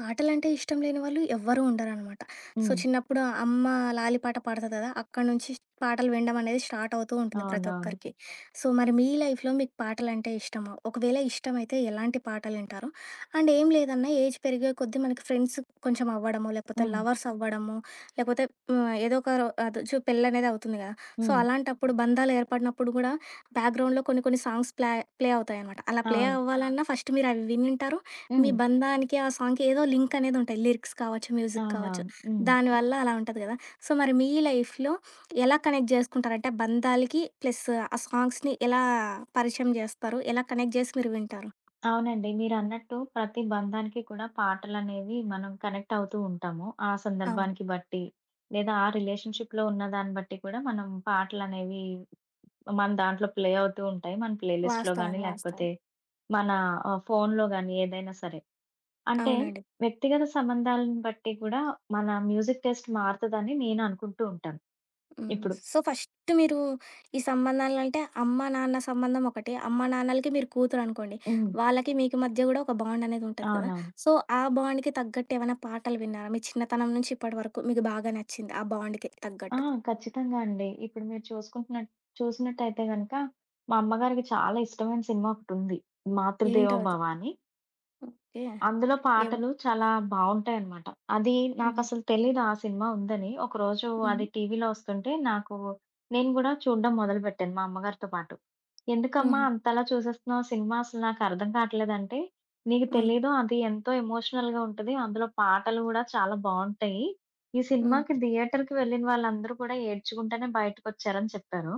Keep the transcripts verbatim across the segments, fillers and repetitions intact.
పాటలంటే ఇష్టం లేని వాళ్ళు ఎవ్వరూ ఉండరనమాట. సో, హ్మ్. చిన్నప్పుడు అమ్మ లాలి పాట పాడతది కదా! అక్కడి నుంచి పాటలు వినడం అనేది స్టార్ట్ అవుతూ ఉంటుంది ప్రతి అవునవును. ఒక్కరికి. సో, మరి మీ లైఫ్‌లో మీకు పాటలంటే ఇష్టమా? ఒకవేళ ఇష్టమైతే ఎలాంటి పాటలు వింటారు? అండ్ ఏం లేదన్నా ఏజ్ పెరిగే కొద్దీ మనకి ఫ్రెండ్స్ కొంచెం అవ్వడము, లేకపోతే హ్మ్. లవర్స్ అవ్వడము, లేకపోతే హ్మ్, ఏదో ఒక రో అదొచ్చు పెళ్ళనేది అవుతుంది కదా! సో, హ్మ్. అలాంటప్పుడు బంధాలు ఏర్పడినప్పుడు కూడా బ్యాక్‌గ్రౌండ్‌లో కొన్ని కొన్ని సాంగ్స్ ప్లా ప్లే అవుతాయనమాట. అలా ప్లే అవును. అవ్వాలన్నా ఫస్ట్ మీరు అవి వినుంటారు. మీ హ్మ్. బంధానికి ఆ సాంగ్‌కి ఏదో లింక్ అనేదుంటది. లిరిక్స్ కావచ్చు, మ్యూజిక్ కావచ్చు. అవునవును. హ్మ్. దానివల్ల అలా ఉంటది గదా! సో, మరి మీ లైఫ్‌లో ఎలా కనెక్ట్ జేసుకుంటారు? అంటే బంధాలకి ప్లస్ ఆ సాంగ్స్‌ని ఎలా పరిచయం జేస్తారు? ఎలా కనెక్ట్ జేసి మీరు వింటారు? అవునండి, మీరన్నట్టు ప్రతి బంధానికి కూడా పాటలనేవి మనం కనెక్ట్ అవుతూ ఉంటాము. ఆ అవును. సందర్భానికి బట్టి, లేదా ఆ రిలేషన్‌షిప్‌లో ఉన్న దాన్ని బట్టి కూడా మనం పాటలనేవి మన దాంట్లో ప్లే అవుతూ ఉంటాయి. మన ప్లే లిస్ట్‌లో వాస్తవం. గాని, వాస్తవం. లేకపోతే మన ఆహ్, ఫోన్‌లో గాని ఏదైనా సరే. అంటే అవునండి. వ్యక్తిగత సంబంధాలను బట్టి కూడా మన మ్యూజిక్ టేస్ట్ మారుతదని నేను అనుకుంటూ ఉంటాను హ్మ్. ఇప్పుడు. సో, ఫస్ట్ మీరు ఈ సంబంధాలంటే అమ్మ, నాన్న సంబంధం ఒకటి. అమ్మ, నాన్నలకి మీరు కూతురనుకోండి. హ్మ్. వాళ్ళకి మీకు మధ్య గూడా ఒక బాండనేది ఉంటది కదా! అవునవును. సో, ఆ బాండ్‌కి తగ్గట్టు ఏమైనా పాటలు విన్నారా? మీ చిన్నతనం నుంచి ఇప్పటి వరకు మీకు బాగా నచ్చింది. ఆ బాండ్‌కి ఆ! తగ్గట్టు. ఖచ్చితంగా అండి. ఇప్పుడు మీరు చూసుకుంటున్న చూసినట్టయితే గనక, మా అమ్మగారికి చాలా ఇష్టమైన సినిమా ఒకటుంది. ఏంటో అది? 'మాతృదేవోభవ' అని. ఓకే. అందులో ఏమో? పాటలు చాలా బావుంటాయనమాట. అది హుహు. నాకసలు తెలీదు ఆ సినిమా ఉందని. ఒకరోజు హుహు. అది టీవీలో వస్తుంటే నాకు నేను గూడా చూడడం మొదలుపెట్టాను మా అమ్మగారితో పాటు. "ఎందుకమ్మా హుహు. అంతలా చూసేస్తున్నావు సినిమా అసలు నాకర్థం కావట్లేదంటే." "నీకు హ్మ్. తెలీదు అది ఎంతో ఎమోషనల్‌గా ఉంటది. అందులో పాటలు గూడా చాలా బావుంటాయి. ఈ హ్మ్. సినిమాకి థియేటర్‌కి వెళ్ళిన వాళ్ళందరూ కూడా ఏడ్చుకుంటూనే బయటకొచ్చారని" చెప్పారు.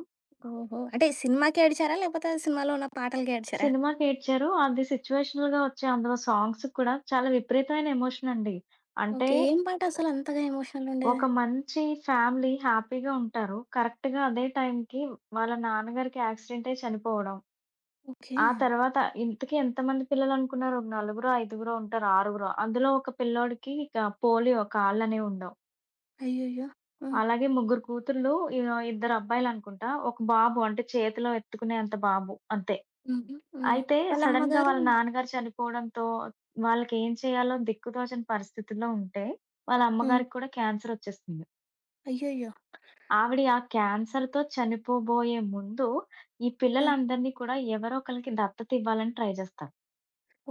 ఓహో! అంటే సినిమాకి ఏడ్చారా? లేకపోతే సినిమాలో ఉన్న పాటలకి ఏడ్చారా? సినిమాకేడ్చారు. అది సిట్యుయేషనల్‌గా వచ్చే అందులో సాంగ్స్ కూడా చాలా విపరీతమైన ఎమోషనండి. అంటే ఓకే. ఏం పాట ఒ అసలు అంతగా ఎమోషనల్ ఉండేది? ఒక మంచి ఫ్యామిలీ హ్యాపీగా ఉంటారు. కరెక్ట్‌గా అదే టైంకి వాళ్ళ నాన్నగారికి యాక్సిడెంట్ అయ్యి చనిపోవడం. ఓకే. ఆ తర్వాత ఇంతకీ ఎంతమంది పిల్లలనుకున్నారు? నలుగురో, ఐదుగురో ఉంటారు, ఆరుగురో. అందులో ఒక పిల్లోడికి ఇక పోలియో కాళ్ళనేవుండవు. అయ్యయ్యో! హ్మ్. అలాగే ముగ్గురు కూతుర్లు, ఇ ఇద్దరు అబ్బాయిలనుకుంటా. ఒక బాబు అంటే చేతిలో ఎత్తుకునేంత బాబు అంతే. హుహు. హ్మ్. అయితే వాళ్ళ సడెన్‌గా అమ్మగారు వాళ్ళ నాన్నగారు చనిపోవడంతో వాళ్ళకేం చేయాలో దిక్కుతోచని పరిస్థితుల్లో ఉంటే, వాళ్ళ హ్మ్. అమ్మగారికి కూడా క్యాన్సర్ వచ్చేస్తుంది. అయ్యయ్యో! ఆవిడ ఆ క్యాన్సర్‌తో చనిపోబోయే ముందు, ఈ ఆ! పిల్లలందరినీ కూడా ఎవరో ఒకళ్ళకి దత్తత ఇవ్వాలని ట్రై జేస్తారు.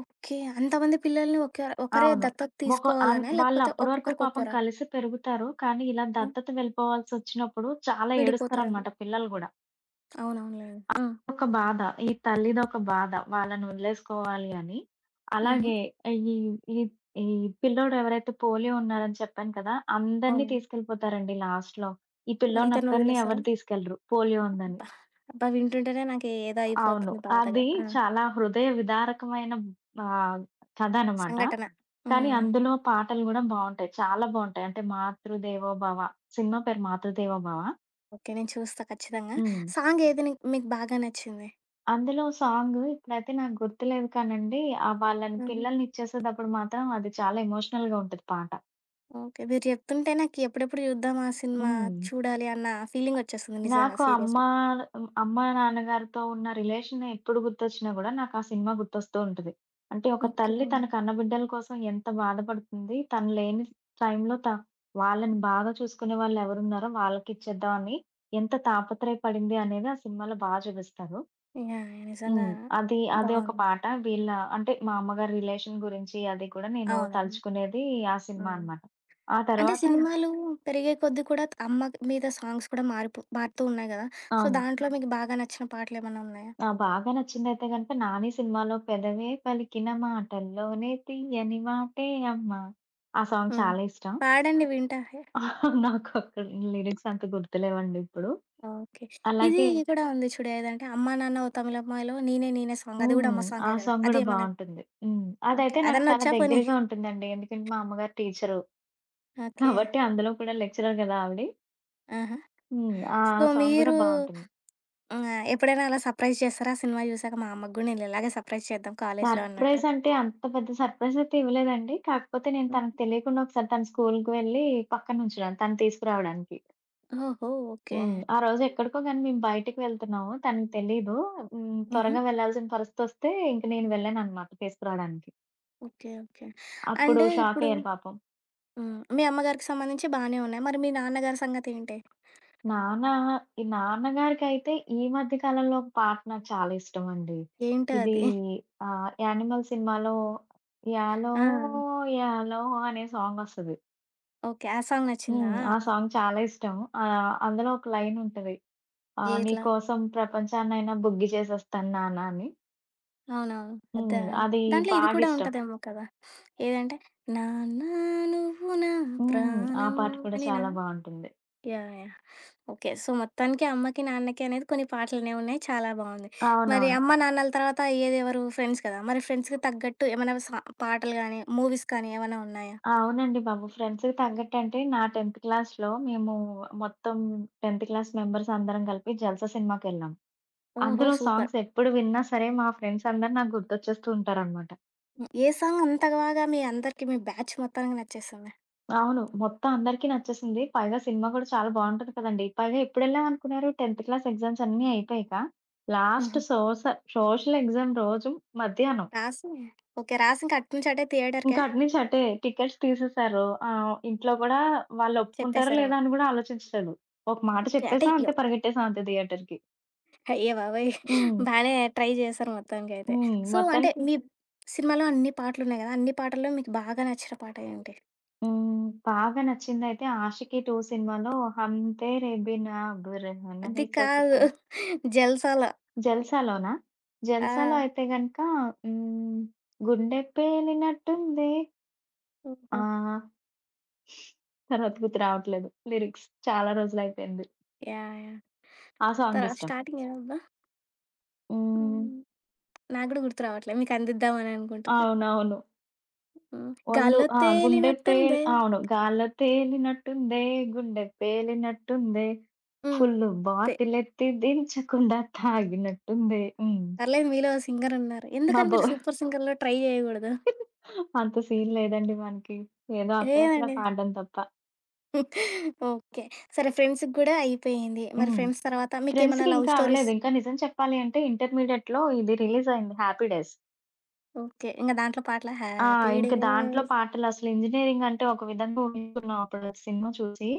ఓకే. అంతమంది పిల్లల్ని ఒకే ఒకరే అవును. దత్తత ఒక అన్ తీసుకోవాలనా? వాళ్ళు లేకపోతే అప్పటి వరకు ఒక్కొక్కరికి పాపం ఒక్కోరా? కలిసి పెరుగుతారు. కానీ ఇలా ఆ! దత్తత వెళ్ళిపోవాల్సొచ్చినప్పుడు చాలా విడిపోతారని. ఏడుస్తారనమాట పిల్లలు గూడా. అవునవునులెండి. ఆ! ఒక బాధ. ఈ తల్లిదొక బాధ. వాళ్ళని వదిలేసుకోవాలి అని. హుహు. అలాగే ఈ ఈ ఈ పిల్లోడు ఎవరైతే పోలియో ఉన్నారని చెప్పాను కదా! అందరిని అవునండి. తీసుకెళ్ళిపోతారండి లాస్ట్‌లో. ఈ ఇతన్ని పిల్లోడినొక్కడిని వదిలేస్తారా? ఎవరు తీసుకెళ్లరు పోలియో ఉందని. అబ్బా! అబ్బా! వింటుంటేనే నాకు ఏదో అవును. అయిపోతుంది అది బాధగా. ఆ! చాలా హృదయ విదారకమైన ఆహ్, కథ అనమాట. సంఘటన. కానీ హ్మ్. అందులో పాటలు గూడా బావుంటాయి. చాలా బావుంటాయి. అంటే 'మాతృదేవోభవ' సినిమా పేరు 'మాతృదేవోభవ.' ఓకే. నేను చూస్తా ఖచ్చితంగా. హ్మ్. సాంగ్ ఏది నీ మీకు బాగా నచ్చింది? అందులో సాంగు ఇప్పుడైతే నాకు గుర్తులేదు కానండి. ఆహ్, వాళ్ళని హుహు. పిల్లల్నిచ్చేసేటప్పుడు మాత్రం అది చాలా ఎమోషనల్‌గా ఉంటది పాట. ఓకే. మీరు చెప్తుంటే నాకు ఎప్పుడెప్పుడు చూద్దాం ఆ సినిమా, హ్మ్. చూడాలి అన్న ఫీలింగొచ్చేస్తుంది నిజంగా నాకు అమ్మ, సీరియస్‌గా. అమ్మ నాన్నగారితో ఉన్న రిలేషన్ ఎప్పుడు గుర్తొచ్చినా గూడా నాకు ఆ సినిమా గుర్తొస్తూ ఉంటది. అంటే ఒక ఓకే. తల్లి యాహ్! తన కన్న బిడ్డల కోసం ఎంత బాధపడుతుంది. తను లేని టైంలో త వాళ్ళని బాగా చూసుకునే వాళ్ళెవరున్నారో వాళ్ళకిచ్చేద్దామని ఎంత తాపత్రయపడింది అనేది ఆ సినిమాలో బా చూపిస్తారు. యాహ్! నిజంగా హ్మ్. అది అది ఒక బావుంది. పాట. వీళ్ళ అంటే మా అమ్మగారి రిలేషన్ గురించి అది కూడా నేను అవునవును. తలుచుకునేది ఆ సినిమా హ్మ్. అనమాట. ఆ అంటే తర్వాత సినిమాలు పెరిగే కొద్దీ కూడా అమ్మ మీద సాంగ్స్ కూడా మారిపో మారుతూ ఉన్నాయి గదా! సో, అవును. దాంట్లో మీకు బాగా నచ్చిన పాటలేమన్నా ఉన్నాయా? ఆ! బాగా నచ్చిందయితే గనక 'నాని' సినిమాలో 'పెదవే పలికిన మాటల్లోనే తీయని మాటే అమ్మ' ఆ సాంగ్ హ్మ్. చాలా ఇష్టం. పాడండి వింటా. హే, నాకు అక్కడ లిరిక్స్ అంత గుర్తులేవండి ఇప్పుడు. ఓకే. ఇది అలాగే కూడా ఉంది చూడు ఏదంటే 'అమ్మా నాన్న ఓ తమిళమ్మాయిలో' 'నేనే నేనే' సాంగ్ అది గూడా హ్మ్. అమ్మ ఆ సాంగే గదా! సాంగ్ గూడా అదేమన్నా బావుంటుంది. హ్మ్. ఓకే. అదైతే నాకు అదన్నా చాలా వచ్చా పోనీ? దగ్గరగా ఉంటుందండి. ఎందుకంటే మా అమ్మగారు టీచరు. ఓకే. కాబట్టి అందులో కూడా లెక్చరర్ గదా ఆవిడి. ఆహా! హ్మ్. ఆ! సో, సాంగ్ గూడా మీరు బావుంటుంది. ఆహ్, ఎప్పుడైనా అలా సర్ప్రైజ్ చేస్తారా? సినిమా చూసాక మా అమ్మకి గూడా నేను ఇలాగే సర్ప్రైజ్ చేద్దాం కాలేజ్‌లో అన్నట్టు. సర్ప్రైజ్ అంటే అంత పెద్ద సర్ప్రైజ్ అయితే ఇవ్వలేదండి. కాకపోతే నేను హ్మ్. తనకు తెలియకుండా ఒకసారి తన స్కూలుకి వెళ్ళి పక్కన ఉంచడం తను తీసుకురావడానికి. ఓహో! ఓకే. హ్మ్. ఆ రోజు ఎక్కడికో గాని మేము బయటికి వెళ్తున్నాము. తనకి తెలీదు. హ్మ్. హుహు. త్వరగా వెళ్ళాల్సిన పరిస్థితొస్తే ఇంక నేను వెళ్ళాననమాట తీసుకురాడానికి. ఓకే. ఓకే. అప్పుడు అంటే ఇప్పుడు షాకయ్యారు పాపం. హ్మ్. మీ అమ్మగారికి సంబంధించి బానే ఉన్నాయి. మరి మీ నాన్నగారి సంగతేంటి? నాన్న ఈ నాన్నగారికైతే ఈ మధ్య కాలంలో ఒక పాట నాకు చాలా ఇష్టమండి. ఏంటో ఇది అది? ఆహ్, 'యానిమల్' సినిమాలో 'యాలో ఆ! యాలో' అనే సాంగొస్తది. ఓకే. ఆ సాంగ్ హ్మ్. నచ్చిందా? ఆ సాంగ్ చాలా ఇష్టం. ఆహ్, అందులో ఒక లైన్ ఉంటది. ఆహ్, ఏట్లా? నీకోసం ప్రపంచాన్నైనా బుగ్గి చేసేస్తాను నాన్న అని. అవునవును. అదా? హ్మ్. అది దాంట్లో ఇది కూడా బాగిష్టం. ఉంటదేమో కదా! ఏదంటే నాన్న నువ్వు నా హ్మ్. ఆ ప్రాణం పాట కూడా అనినా? చాలా బావుంటుంది. యాహ్! యాహ్! ఓకే. సో, మొత్తానికి అమ్మకి, నాన్నకి అనేది కొన్ని పాటలనేవి ఉన్నాయి. చాలా బావుంది. మరి అవునవును. అమ్మ, నాన్నల తర్వాత అయ్యేదెవరు? ఫ్రెండ్స్ కదా! మరి ఫ్రెండ్స్‌కి తగ్గట్టు ఏమైనా సా పాటలు గానీ, మూవీస్ కానీ ఏమైనా ఉన్నాయా? అవునండి బాబు. ఫ్రెండ్స్‌కి తగ్గట్టు అంటే నా టెన్త్ క్లాస్‌లో మేము మొత్తం టెన్త్ క్లాస్ మెంబర్స్ అందరం కలిపి 'జల్సా' సినిమాకెళ్ళాం. ఓహో! అందులో సూపర్. సాంగ్స్ ఎప్పుడు విన్నా సరే మా ఫ్రెండ్స్ అందరూ నాకు గుర్తొచ్చేస్తూ ఉంటారనమాట. హ్మ్. ఏ సాంగ్ అంత బాగా మీ అందరికి మీ బ్యాచ్ మొత్తానికి నచ్చేసింది? అవును. మొత్తం అందరికీ నచ్చేసింది. పైగా సినిమా గూడా చాలా బావుంటది కదండీ. పైగా ఎప్పుడెళ్ళామనుకున్నారు టెన్త్ క్లాస్ ఎగ్జామ్స్ అన్నీ అయిపోయాక లాస్ట్ హుహు. సోస సోషల్ ఎగ్జామ్ రోజు మధ్యాహ్నం. రాసి ఓకే. రాసి ఇంక అటు నుంచి అటే థియేటర్‌కా? ఇంకా అటు నుంచి అటే. టికెట్స్ తీసేశారు. ఆహ్, ఇంట్లో గూడా వాళ్ళు ఒప్పుకుంటారో చెప్పేసారేమో. లేదా అని గూడా ఆలోచించలేదు. ఒక మాట ఓకే. అంటే చెప్పేసాం అంతే, యవ్ పరిగెట్టేసాం అంతే థియేటర్‌కి. అయ్య బాబోయ్! హ్మ్. బానే ట్రై చేశారు మొత్తానికైతే. హ్మ్. సో, అంటే మొత్తానికి మీ సినిమాలో అన్ని పాటలున్నాయి గదా! అన్ని పాటల్లో మీకు బాగా నచ్చిన పాట ఏంటి? హ్మ్. బాగా నచ్చిందయితే 'ఆషికీ టూ' సినిమాలో 'హమ్ తేరే బినా గురహ అది నహీ కాదు. సక్తే.' 'జల్సాలో' జల్సాలోనా? జల్సాలో ఆ! అయితే గనక హ్మ్. 'గుండె పేలినట్టుంది ఓహో! ఆ' తర్వాత గుర్తు రావట్లేదు లిరిక్స్. చాలా రోజులయిపోయింది. యాహ్! యాహ్! ఆ సాంగ్ తరా ఇష్టం. స్టార్టింగ్ ఏదబ్బా? హ్మ్. హ్మ్. నాకు గూడా గుర్తు రావట్లే. మీకు అందిద్దామని అనుకుంటున్నా. అవునవును. హ్మ్. ఒళ్ళు గాల్లో ఆ! గుండె పేల్ తేలినట్టుందే. అవును. గాల్లో తేలినట్టుందే, గుండె పేలినట్టుందే, హ్మ్. ఫుల్లు తే బాటిలెత్తి దించకుండా తాగినట్టుందే. హ్మ్. పర్లేదు మీలో సింగర్ ఉన్నారు. మా ఎందుకని బో మీరు 'సూపర్ సింగర్‌లో' ట్రై చేయగూడదు? అంత సీన్ లేదండి మనకి. ఏదో అక్కడక్కడ లేదండి. పాడడం తప్ప. ఓకే. సరే ఫ్రెండ్స్‌కి గూడా అయిపోయింది. మరి హ్మ్. ఫ్రెండ్స్ తర్వాత మీకేమన్నా ఫ్రెండ్స్‌కి లవ్ ఇంకా స్టోరీస్ అవ్వలేదు. ఇంకా నిజం చెప్పాలి అంటే ఇంటర్మీడియేట్‌లో ఇది రిలీజ్ అయింది 'హ్యాపీ డేస్.' ఓకే. ఇంగ దాంట్లో పాటల ఆ! హ్యాపీ ఇంక దాంట్లో డేస్ పాటలసలు ఇంజినీరింగ్ అంటే ఒక విధంగా ఊహించుకున్నాం అప్పుడు సినిమా చూసి.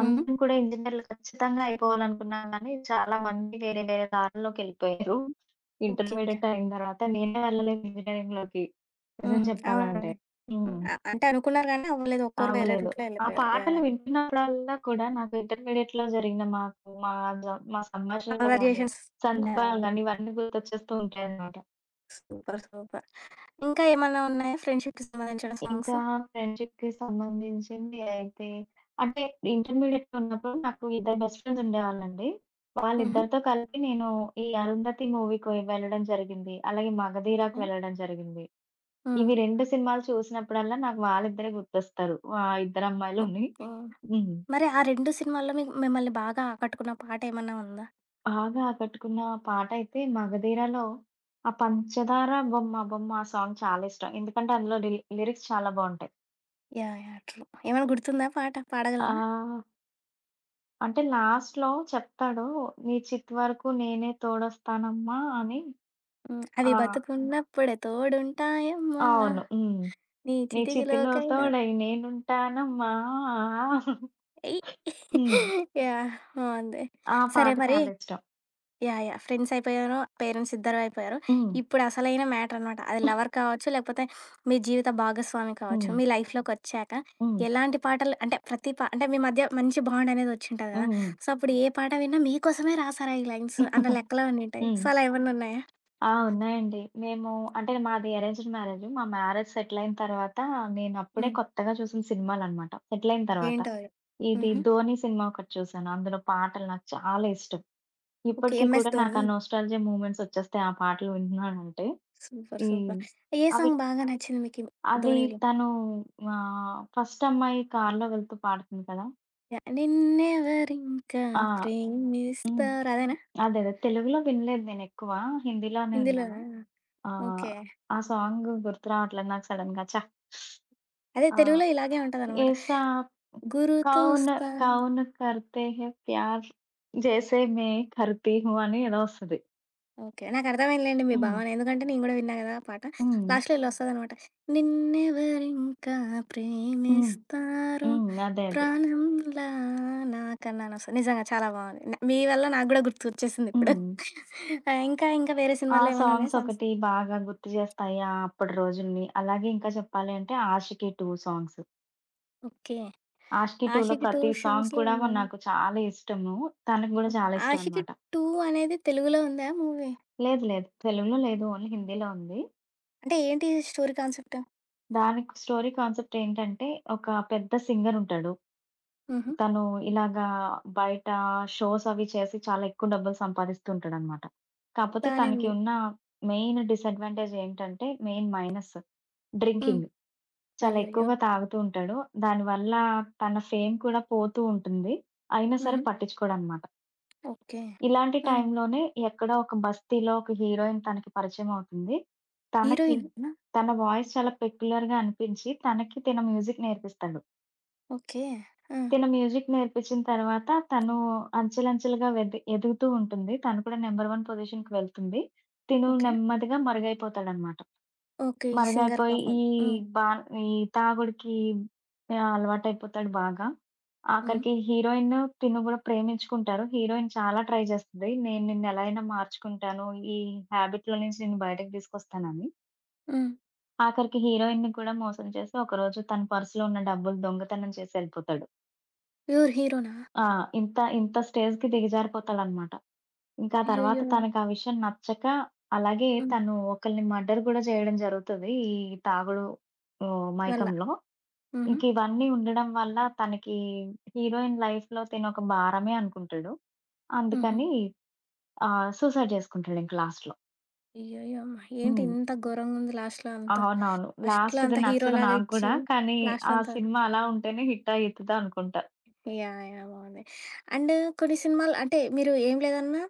హ్మ్. అందరం కూడా ఇంజినీర్లు ఖచ్చితంగా అయిపోవాలనుకున్నాం గానీ, చాలా మంది వేరే వేరే దారుల్లోకెళ్ళిపోయారు. ఓకే. ఓకే. ఇంటర్మీడియేట్ అయిన తర్వాత నేనే వెళ్ళలేదు ఇంజినీరింగ్‌లోకి నిజం హుహు. చెప్పాలంటే. అవునండి. హ్మ్. హ్మ్. అ అంటే అనుకున్నారు గానీ అవ్వలేదు. ఒక్కోరు వేరే అవ్వలేదు. రూట్‌లో ఆ ఎళ్ళిపోయారు. పాటలు యాహ్! వింటున్నప్పుడల్లా కూడా నాకు ఇంటర్మీడియేట్‌లో జరిగిన మాకు మా జ మా సంభాషణలు గాని, కన్వర్జేషన్స్ యాహ్! సందర్భాలు యాహ్! గాని ఇవన్నీ గుర్తొచ్చేస్తూ ఉంటాయన్నమాట. సూపర్. సూపర్. ఇంకా ఏమన్నా ఉన్నాయా ఫ్రెండ్‌షిప్‌కి సంబంధించిన సాంగ్స్? ఇంకా ఫ్రెండ్‌షిప్‌కి సంబంధించింది అయితే అంటే ఇంటర్మీడియేట్‌లో ఉన్నప్పుడు నాకు ఇద్దరు బెస్ట్ ఫ్రెండ్స్ ఉండేవాళ్ళండి. హుహు. వాళ్ళిద్దరితో కలిపి నేను ఈ 'అరుంధతి' మూవీ‌కి వెళ్ళడం జరిగింది. అలాగే 'మగధీర'కి వెళ్ళడం జరిగింది. హ్మ్. ఇవి రెండు సినిమాలు చూసినప్పుడల్లా నాకు వాళ్ళిద్దరే గుర్తొస్తారు. ఆ ఇద్దరు అమ్మాయిలుని. ఓకే. హ్మ్. మరి ఆ రెండు సినిమాల్లో మీకు మిమ్మల్ని బాగా ఆకట్టుకున్న పాటేమన్నా ఉందా? బాగా ఆకట్టుకున్న పాట అయితే 'మగధీర'లో ఆ 'పంచదార బొమ్మ బొమ్మ' ఆ సాంగ్ చాలా ఇష్టం. ఎందుకంటే అందులో లి లిరిక్స్ చాలా బావుంటాయి. యాహ్! యాహ్! ట్రూ. ఏమైనా గుర్తుందా పాట? పాడగలనా? ఆ! అంటే లాస్ట్‌లో చెప్తాడు. "నీ చితి వరకు నేనే తోడొస్తానమ్మా" అని. హ్మ్. అవి ఆ! బతుకున్నప్పుడే తోడుంటాయమ్మా అవును. హ్మ్. నీ "నీ చితిలో చితికిలోకైనా తోడై నేనుంటానమ్మా." ఎయ్ హ్మ్. యాహ్! బావుంది. ఆ సరే పాట మరి చాలా ఇష్టం. యాహ్! యాహ్! ఫ్రెండ్స్ అయిపోయారు. పేరెంట్స్ ఇద్దరు అయిపోయారు. హ్మ్. ఇప్పుడు అసలైన మ్యాటర్ అనమాట. అది లవర్ కావచ్చు, లేకపోతే మీ జీవిత భాగస్వామి కావచ్చు. హ్మ్. మీ లైఫ్‌లోకొచ్చాక హ్మ్. ఎలాంటి పాటలు అంటే ప్రతి పా అంటే మీ మధ్య మంచి బాండ్ అనేది వచ్చుంటది కదా! హ్మ్. సో, అప్పుడు ఏ పాట విన్నా మీకోసమే రాసారా ఈ లైన్స్ అన్న లెక్కలో ఉండుంటాయి. హ్మ్. సో, అలా ఏమన్నా ఉన్నాయా? ఆ! ఉన్నాయండి. మేము అంటే మాది అరేంజ్డ్ మ్యారేజ్. మా మ్యారేజ్ సెటిల్ అయిన తర్వాత నేను అప్పుడే హ్మ్. కొత్తగా చూసిన సినిమాలనమాట. సెటిల్ అయిన తర్వాత. ఏంటో అవి? ఇది హుహు. 'ధోని' సినిమా ఒకటి చూసాను. అందులో పాటలు నాకు చాలా ఇష్టం. ఓకే. ఇప్పటికి కూడా 'ఎంఎస్ నాకా ధోని'. Nostalgia movements ఒచ్చేస్తాయి. ఆ పాటలు వింటున్నానంటే. సూపర్. ఈ సూపర్. ఏ అవి సాంగ్ బాగా నచ్చింది మీకి అది ధోనిలో? తను ఆహ్, ఫస్ట్ అమ్మాయి కార్‌లో వెళ్తూ పాడుతుంది కదా! యాహ్! నిన్నెవరింకా ఆ! హ్మ్. ప్రేమిస్తారు అదేనా? అదే. అదే. తెలుగులో వినలేదు నేనెక్కువ. హిందీలోనే విన్నాను. హిందీలోనా? ఆహ్, ఓకే. ఆ సాంగ్ గుర్తు రావట్లేదు నాకు సడెన్‌గా. ఛా! అదే ఆ! తెలుగులో ఇలాగే ఉంటదనమాట. ఏసా కౌన్ 'గురుతోస్తా' కౌన్ కర్తే హే ప్యార్ జైసే మే కర్తీ హూ అని ఏదో ఒస్తది. ఓకే. నాకర్థమైందిలెండి మీ హ్మ్. భావన. ఎందుకంటే నేను గూడా విన్నా గదా! ఆ పాట. హ్మ్. లాస్ట్‌లో ఇలొస్తదనమాట. నిన్నెవరింకా హ్మ్. ప్రేమిస్తారు హ్మ్. అదే. అదే. ప్రాణంలా నాకన్నా అనొస్తది. నిజంగా చాలా బావుంది. న మీ వల్ల నాకు గూడా గుర్తొచ్చేసిందిప్పుడు. హ్మ్. ఆ! ఇంకా ఇంకా వేరే ఆ! సినిమాల్లో ఏమన్నా ఉన్నాయా సాంగ్స్ సాంగ్స్? ఒకటి బాగా గుర్తు చేస్తాయి ఆ అప్పటి రోజుల్ని. అలాగే ఇంకా చెప్పాలి అంటే 'Aashiqui two' songs. Okay. 'Aashiqui టూ'లో 'ఆషికి టూ' ప్రతి సాంగ్ సాంగ్స్‌లో కూడా మ- ఏమున్నాయి? నాకు చాలా ఇష్టము. తనకి గూడా ఓకే. చాలా ఇష్టం 'ఆషికి అనమాట. టూ' అనేది తెలుగులో ఉందా మూవీ? లేదు లేదు. తెలుగులో లేదు. ఓన్లీ హిందీలో ఉంది. అంటే ఏంటి స్టోరీ కాన్సెప్ట్? దానికి స్టోరీ కాన్సెప్ట్ ఏంటంటే ఒక పెద్ద సింగర్ ఉంటాడు. హుహు. తను ఇలాగా బయట షోస్ అవి చేసి చాలా ఎక్కువ డబ్బులు సంపాదిస్తూ ఉంటాడనమాట. కాపోతే బానే తనకి ఉంది. ఉన్న మెయిన్ డిసాడ్వాంటేజ్ ఏంటంటే మెయిన్ మైనస్ హ్మ్. డ్రింకింగ్. చాలా అయ్యయ్యో! ఎక్కువగా తాగుతూ ఉంటాడు. దానివల్ల తన ఫేమ్ కూడా పోతూ ఉంటుంది. అయినా సరే హుహు. పట్టించుకోడనమాట. ఓకే. ఇలాంటి ఆ! టైంలోనే ఎక్కడో ఒక బస్తీలో ఒక హీరోయిన్ తనకి పరిచయం అవుతుంది. తనకి హీరోయినేనా? తన వాయిస్ చాలా పెక్యులర్‌గా అనిపించి తనకి తిన మ్యూజిక్ నేర్పిస్తాడు. ఓకే. ఆ! తిన మ్యూజిక్ నేర్పించిన తర్వాత తను అంచెలంచెలుగా వెద్ ఎదుగుతూ ఉంటుంది. తను కూడా నంబర్ వన్ పొజిషన్‌కి వెళ్తుంది. తిను ఓకే. నెమ్మదిగా మరుగైపోతాడనమాట. ఓకే. ఈ సింగర్ మరుగైపోయి పాపం. ఈ హ్మ్. బా ఈ తాగుడికి ఆహ్, అలవాటయిపోతాడు బాగా. హ్మ్. ఆఖరికి హీరోయిన్ తిను గూడా ప్రేమించుకుంటారు. హీరోయిన్ చాలా ట్రై చేస్తది. నేను నిన్నెలా అయినా మార్చుకుంటాను. ఈ హాబిట్‌లో నుంచి నిన్ను బయటకి తీసుకొస్తానని. హ్మ్. ఆఖరికి హీరోయిన్‌ని కూడా మోసం చేసి ఒకరోజు తన పర్స్‌లో ఉన్న డబ్బులు దొంగతనం చేసి ఎళ్ళిపోతాడు. ఎవరు హీరోనా? ఆ! ఇంత, ఇంత స్టేజ్‌కి దిగజారిపోతాడనమాట. ఇంకా ఆ తర్వాత అయ్యయ్యో! తనకా విషయం నచ్చక, అలాగే హ్మ్. తను ఒకళ్ళని మర్డర్ గూడా చేయడం జరుగుతది. ఈ తాగుడు ఓహ్, వాళ్ళ. మైకంలో. హుహు. ఇంక ఇవన్నీ ఉండడం వల్ల తనకి హీరోయిన్ లైఫ్‌లో తినొక భారమే అనుకుంటాడు. హుహు. అందుకని ఆహ్, సూసైడ్ జేసుకుంటాడింక లాస్ట్‌లో. అయ్యయ్యో! అమ్మ! ఏంటి హ్మ్. ఇంత ఘోరంగుంది లాస్ట్‌లో అంతా? అవునవును. ఫస్ట్‌లో లాస్ట్‌ది అంతా నచ్చదు హీరోలాగా నాకు ఇచ్చి కూడా. కానీ, లాస్ట్‌లో ఆ అంతా సినిమా అలా ఉంటేనే హిట్ అయితదనుకుంటా. యాహ్! యాహ్! బావుంది. అండ్ కొన్ని సినిమాలు అంటే మీరు ఏం లేదన్నా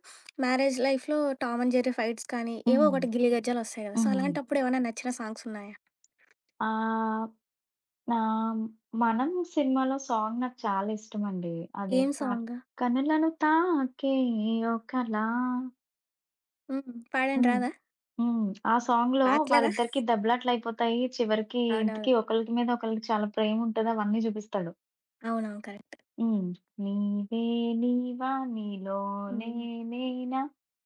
మ్యారేజ్ లైఫ్‌లో 'టామ్ అండ్ జెర్రీ' ఫైట్స్ కానీ, ఏవో హ్మ్. ఒకటి 'గిల్లి గజ్జాలు' వస్తాయి కదా! సో, హ్మ్. అలాంటప్పుడు ఏమైనా నచ్చిన సాంగ్స్ ఉన్నాయా? ఆహ్ నా 'మనం' సినిమాలో సాంగ్ నాకు చాలా ఇష్టమండి. అది ఏం తా సాంగ్? కనులను తాకే ఓ కల. హ్మ్. పాడండి హ్మ్. రాదా? హ్మ్. ఆ సాంగ్‌లో రాట్లేదా? వాళ్ళిద్దరికీ దెబ్బలాటలయిపోతాయి. చివరికి ఇంతకీ అవునవును. ఒకళ్ళకి మీద ఒకళ్ళకి చాలా ప్రేముంటది. అవన్నీ చూపిస్తాడు. అవునవును. కరెక్ట్. హ్మ్. నీవే నీవా నీలోనే హ్మ్. నేనా.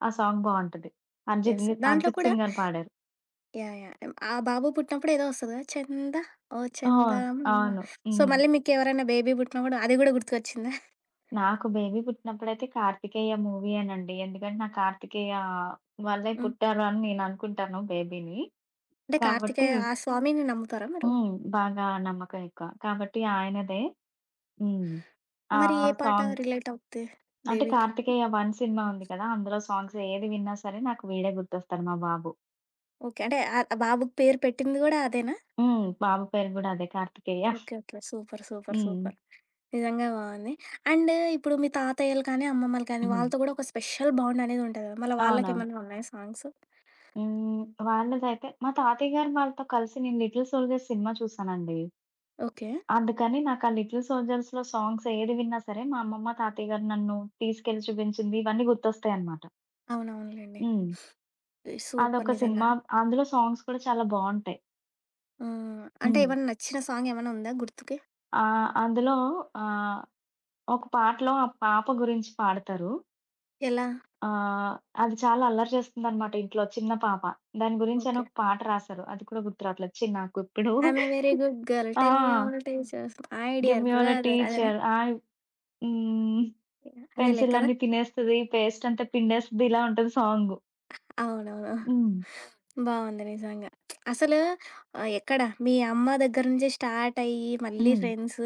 ఆ సాంగ్ బావుంటది. అర్జిత్ యెస్. ని దాంట్లో అర్జిత్ కూడా సింగ్ గారు పాడారు. యాహ్! యాహ్! ఆ బాబు పుట్టినప్పుడు ఏదో వస్తది కదా! చందా ఓ ఆ! చందామామ. అవును. సో, హ్మ్. మళ్ళీ మీకెవరైనా బేబీ పుట్టినప్పుడు అది గూడా గుర్తుకొచ్చిందా? నాకు బేబీ పుట్టినప్పుడైతే 'కార్తికేయ' మూవీ ఏనండి. ఎందుకంటే నాకు 'కార్తికేయ' వల్లే హ్మ్. పుట్టారు అని నేననుకుంటాను బేబీని. అంటే కాబట్టి కార్తికేయ ఆ స్వామిని నమ్ముతారా మీరు? హ్మ్. బాగా నమ్మకం ఎక్కువ. కాబట్టి ఆయనదే. హ్మ్. ఆ మరి ఏ పాట సాంగ్ రిలేట్ అవుద్ది అంటే బేబీకి? 'కార్తికేయ వన్' సినిమా ఉంది కదా! అందులో సాంగ్స్ ఏది విన్నా సరే నాకు వీడే గుర్తొస్తాడు మా బాబు. ఓకే. అంటే ఆ బాబుకి పేరు పెట్టింది గూడా అదేనా? హ్మ్. బాబు పేరు గూడా అదే 'Karthikeya.' Okay. Okay. Super. Super. హ్మ్. సూపర్. నిజంగా బావుంది. అండ్ ఇప్పుడు మీ తాతయ్యలు కానీ, అమ్మమ్మలు కానీ హ్మ్. వాళ్ళతో కూడా ఒక స్పెషల్ బాండ్ అనేది ఉంటది కదా! మళ్ళా అవునవును. వాళ్ళకేమన్నా ఉన్నాయా సాంగ్స్? హ్మ్. వాళ్ళదైతే మా తాతయ్య గారు వాళ్ళతో కలిసి నేను 'లిటిల్ సోల్జర్స్' సినిమా చూసానండి. ఓకే. అందుకని నాకా 'లిటిల్ సోల్జర్స్‌లో' సాంగ్స్ ఏది విన్నా సరే, మా అమ్మమ్మ, తాతయ్య గారు నన్ను తీసుకెళ్ళి చూపించింది ఇవన్నీ గుర్తొస్తాయన్నమాట. అవునవునులెండి. హ్మ్. సూపర్ అదొక నిజంగా. సినిమా. అందులో సాంగ్స్ కూడా చాలా బావుంటాయి. హ్మ్. అంటే హ్మ్. ఏమన్నా నచ్చిన సాంగ్ ఏమన్నా ఉందా గుర్తుకి? ఆహ్, అందులో ఆహ్, ఒక పాటలో ఆ పాప గురించి పాడతారు. ఎలా? ఆహ్, అది చాలా అల్లరి చేస్తుందన్నమాట ఇంట్లో చిన్న పాప. దాని గురించని ఓకే. ఒక పాట రాశారు. అది కూడా గుర్తు రావట్లేదు. ఛీ! నాకిప్పుడు I'm a very good girl. ఆ! Tell me all teachers. My give dear me all a brother అదేనా? టీచర్. ఐ హ్మ్. అదేలే పెన్సిల్ కదా! అన్నీ తినేస్తది. పేస్ట్ అంతా పిండేస్తది. ఇలా ఉంటది సాంగ్. అవునవును. హ్మ్. బావుంది నిజంగా. అసలు ఆహ్, ఎక్కడ మీ అమ్మ దగ్గర నుంచి స్టార్ట్ అయ్యి, మళ్ళీ హ్మ్. ఫ్రెండ్స్,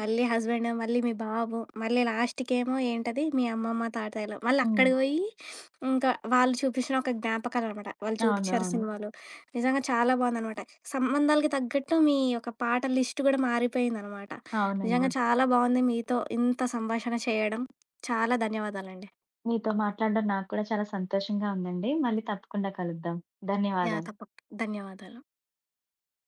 మళ్ళీ హస్బెండ్, మళ్ళీ మీ బాబు, మళ్ళీ లాస్ట్‌కేమో ఏంటది మీ అమ్మమ్మ, తాతయ్యలు. మళ్ళీ హ్మ్. అక్కడికి పోయి ఇంకా వాళ్ళు చూపించిన ఒక జ్ఞాపకాలనమాట. వాళ్ళు అవును. చూపించారు అవును. సినిమాలు. నిజంగా చాలా బావుందనమాట. సంబంధాలకి తగ్గట్టు మీ యొక్క పాటల లిస్ట్ కూడా మారిపోయిందనమాట. అవునండి. నిజంగా చాలా బావుంది మీతో ఇంత సంభాషణ చేయడం. చాలా ధన్యవాదాలండి. మీతో మాట్లాడడం నాకు కూడా చాలా సంతోషంగా ఉందండి. మళ్ళీ తప్పకుండా కలుద్దాం. యాహ్! ధన్యవాదాలు. తప్పక్ ధన్యవాదాలు.